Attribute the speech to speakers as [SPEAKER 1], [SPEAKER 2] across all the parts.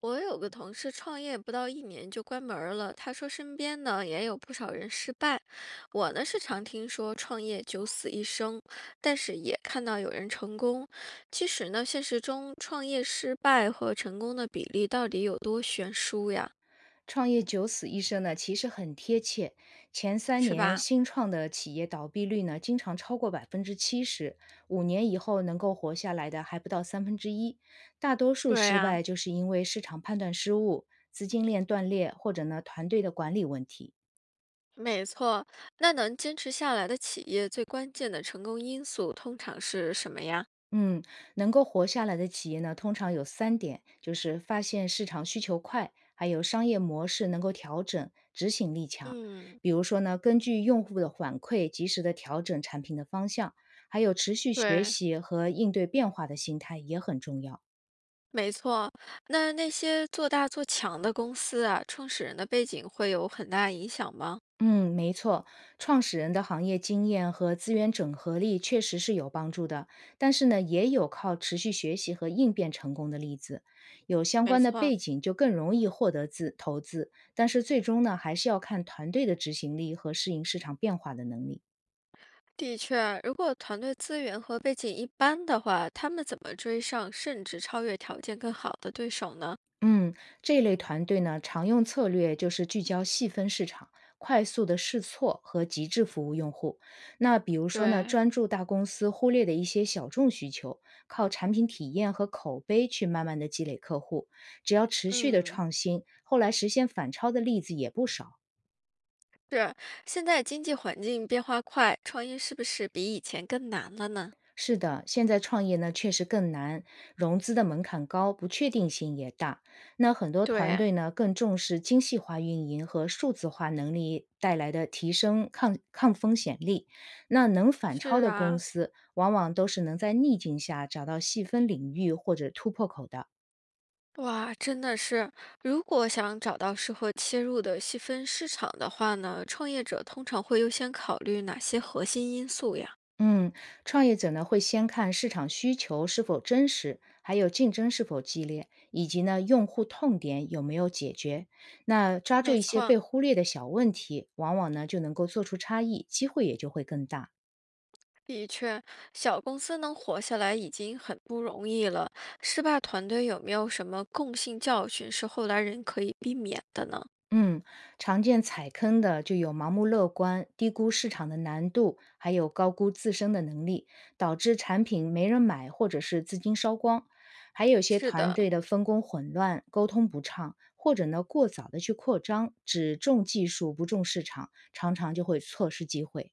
[SPEAKER 1] 我有个同事创业不到一年就关门儿了，他说身边呢也有不少人失败。我呢是常听说创业九死一生，但是也看到有人成功。其实呢，现实中创业失败和成功的比例到底有多悬殊呀？
[SPEAKER 2] “创业九死一生”呢，其实很贴切。前三
[SPEAKER 1] 是
[SPEAKER 2] 年
[SPEAKER 1] 吧？
[SPEAKER 2] 新创的企业倒闭率呢，经常超过70%，5年以后能够活下来的还不到1/3。大多数
[SPEAKER 1] 对
[SPEAKER 2] 失
[SPEAKER 1] 呀、
[SPEAKER 2] 败就是因为市场判断失误、资金链断裂，或者呢团队的管理问题。
[SPEAKER 1] 没错，那能坚持下来的企业最关键的成功因素通常是什么呀？
[SPEAKER 2] 嗯，能够活下来的企业呢，通常有3点，就是发现市场需求快，还有商业模式能够调整，执行力强。
[SPEAKER 1] 嗯，
[SPEAKER 2] 比如说呢，根据用户的反馈，及时的调整产品的方向，还有持续学
[SPEAKER 1] 对，
[SPEAKER 2] 习和应对变化的心态也很重要。
[SPEAKER 1] 没错，那那些做大做强的公司啊，创始人的背景会有很大影响吗？
[SPEAKER 2] 嗯，没错，创始人的行业经验和资源整合力确实是有帮助的，但是呢，也有靠持续学习和应变成功的例子。有相
[SPEAKER 1] 没
[SPEAKER 2] 关的
[SPEAKER 1] 错，
[SPEAKER 2] 背景就更容易获得资投资，但是最终呢，还是要看团队的执行力和适应市场变化的能力。
[SPEAKER 1] 的确，如果团队资源和背景一般的话，他们怎么追上甚至超越条件更好的对手呢？
[SPEAKER 2] 嗯，这类团队呢，常用策略就是聚焦细分市场，快速的试错和极致服务用户。那比如说呢，
[SPEAKER 1] 对，
[SPEAKER 2] 专注大公司忽略的一些小众需求，靠产品体验和口碑去慢慢的积累客户。只要持续的
[SPEAKER 1] 嗯，
[SPEAKER 2] 创新，后来实现反超的例子也不少。
[SPEAKER 1] 是，现在经济环境变化快，创业是不是比以前更难了呢？
[SPEAKER 2] 是的，现在创业呢确实更难，融资的门槛高，不确定性也大。那很多团
[SPEAKER 1] 对，
[SPEAKER 2] 队呢更重视精细化运营和数字化能力带来的提升抗风险力。那能反超
[SPEAKER 1] 是
[SPEAKER 2] 的公
[SPEAKER 1] 啊。
[SPEAKER 2] 司，往往都是能在逆境下找到细分领域或者突破口的。
[SPEAKER 1] 哇，真的是，如果想找到适合切入的细分市场的话呢，创业者通常会优先考虑哪些核心因素呀？
[SPEAKER 2] 嗯，创业者呢会先看市场需求是否真实，还有竞争是否激烈，以及呢用户痛点有没有解决。那抓住
[SPEAKER 1] 没
[SPEAKER 2] 一些被
[SPEAKER 1] 错，
[SPEAKER 2] 忽略的小问题，往往呢就能够做出差异，机会也就会更大。
[SPEAKER 1] 的确，小公司能活下来已经很不容易了。失败团队有没有什么共性教训是后来人可以避免的呢？
[SPEAKER 2] 嗯，常见踩坑的就有盲目乐观、低估市场的难度，还有高估自身的能力，导致产品没人买或者是资金烧光。还有些
[SPEAKER 1] 是
[SPEAKER 2] 团
[SPEAKER 1] 的，
[SPEAKER 2] 队的分工混乱、沟通不畅，或者呢过早的去扩张，只重技术不重市场，常常就会错失机会。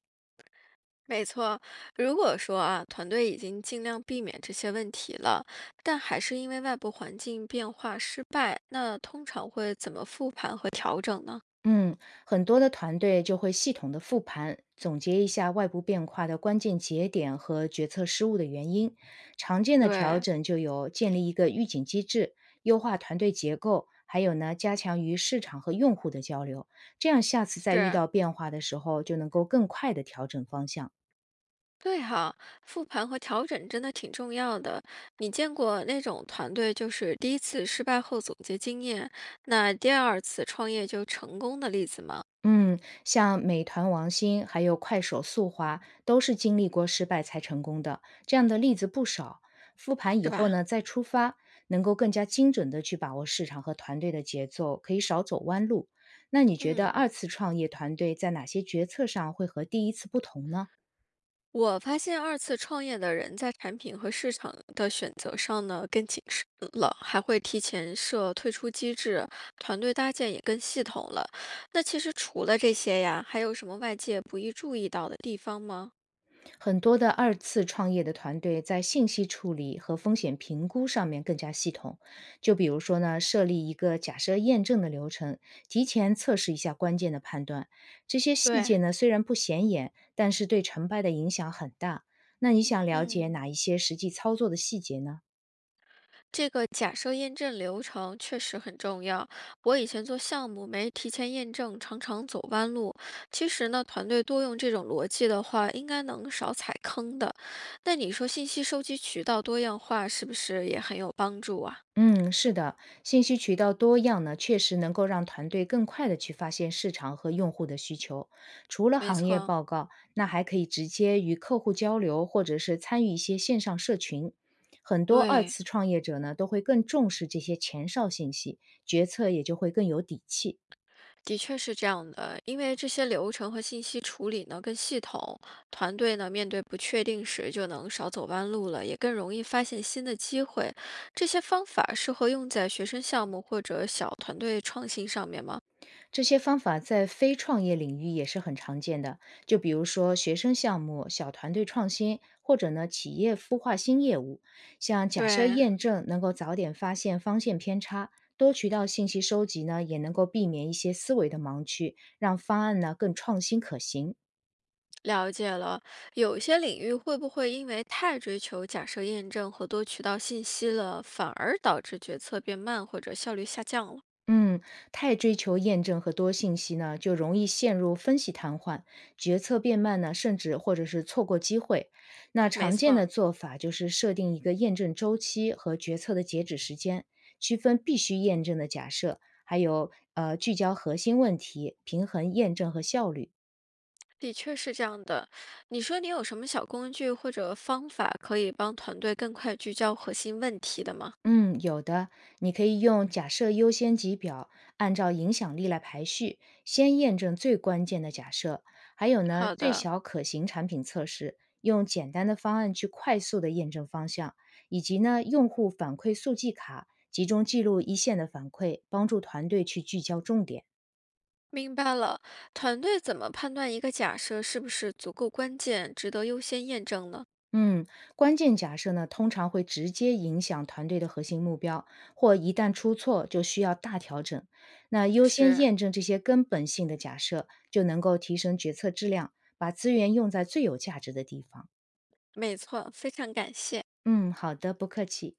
[SPEAKER 1] 没错，如果说啊，团队已经尽量避免这些问题了，但还是因为外部环境变化失败，那通常会怎么复盘和调整呢？
[SPEAKER 2] 嗯，很多的团队就会系统的复盘，总结一下外部变化的关键节点和决策失误的原因。常见的调
[SPEAKER 1] 对，
[SPEAKER 2] 整就有建立一个预警机制，优化团队结构，还有呢，加强与市场和用户的交流。这样下次再遇
[SPEAKER 1] 是，
[SPEAKER 2] 到变化的时候，就能够更快的调整方向。
[SPEAKER 1] 对哈，复盘和调整真的挺重要的。你见过那种团队就是第一次失败后总结经验，那第二次创业就成功的例子吗？
[SPEAKER 2] 嗯，像美团王兴，还有快手速滑，都是经历过失败才成功的，这样的例子不少。复盘以
[SPEAKER 1] 是
[SPEAKER 2] 后
[SPEAKER 1] 吧？
[SPEAKER 2] 呢，再出发，能够更加精准的去把握市场和团队的节奏，可以少走弯路。那你觉得
[SPEAKER 1] 嗯。
[SPEAKER 2] 二次创业团队在哪些决策上会和第一次不同呢？
[SPEAKER 1] 我发现二次创业的人在产品和市场的选择上呢更谨慎了，还会提前设退出机制，团队搭建也更系统了。那其实除了这些呀，还有什么外界不易注意到的地方吗？
[SPEAKER 2] 很多的二次创业的团队在信息处理和风险评估上面更加系统。就比如说呢，设立一个假设验证的流程，提前测试一下关键的判断。这些细
[SPEAKER 1] 对，
[SPEAKER 2] 节呢，虽然不显眼，但是对成败的影响很大。那你想了解
[SPEAKER 1] 嗯。
[SPEAKER 2] 哪一些实际操作的细节呢？
[SPEAKER 1] 这个假设验证流程确实很重要。我以前做项目没提前验证，常常走弯路。其实呢，团队多用这种逻辑的话，应该能少踩坑的。那你说信息收集渠道多样化是不是也很有帮助啊？
[SPEAKER 2] 嗯，是的，信息渠道多样呢，确实能够让团队更快的去发现市场和用户的需求。除了
[SPEAKER 1] 没
[SPEAKER 2] 行业
[SPEAKER 1] 错，
[SPEAKER 2] 报告，那还可以直接与客户交流，或者是参与一些线上社群。很多二
[SPEAKER 1] 对，
[SPEAKER 2] 次创业者呢，都会更重视这些前哨信息，决策也就会更有底气。
[SPEAKER 1] 的确是这样的，因为这些流程和信息处理呢更系统，团队呢面对不确定时就能少走弯路了，也更容易发现新的机会。这些方法适合用在学生项目或者小团队创新上面吗？
[SPEAKER 2] 这些方法在非创业领域也是很常见的，就比如说学生项目、小团队创新，或者呢企业孵化新业务。像假设
[SPEAKER 1] 对，
[SPEAKER 2] 验证能够早点发现方向偏差，多渠道信息收集呢也能够避免一些思维的盲区，让方案呢更创新可行。
[SPEAKER 1] 了解了。有些领域会不会因为太追求假设验证和多渠道信息了，反而导致决策变慢或者效率下降了？
[SPEAKER 2] 嗯，太追求验证和多信息呢，就容易陷入分析瘫痪，决策变慢呢，甚至或者是错过机会。那
[SPEAKER 1] 没
[SPEAKER 2] 常见
[SPEAKER 1] 错，
[SPEAKER 2] 的做法就是设定一个验证周期和决策的截止时间，区分必须验证的假设，还有聚焦核心问题，平衡验证和效率。
[SPEAKER 1] 的确是这样的。你说你有什么小工具或者方法可以帮团队更快聚焦核心问题的吗？
[SPEAKER 2] 嗯，有的，你可以用假设优先级表，按照影响力来排序，先验证最关键的假设。还有呢，
[SPEAKER 1] 好
[SPEAKER 2] 最
[SPEAKER 1] 的，
[SPEAKER 2] 小可行产品测试，用简单的方案去快速的验证方向，以及呢，用户反馈速记卡，集中记录一线的反馈，帮助团队去聚焦重点。
[SPEAKER 1] 明白了。团队怎么判断一个假设是不是足够关键，值得优先验证呢？
[SPEAKER 2] 嗯，关键假设呢，通常会直接影响团队的核心目标，或一旦出错就需要大调整。那优先
[SPEAKER 1] 是，
[SPEAKER 2] 验证这些根本性的假设，就能够提升决策质量，把资源用在最有价值的地方。
[SPEAKER 1] 没错，非常感谢。
[SPEAKER 2] 嗯，好的，不客气。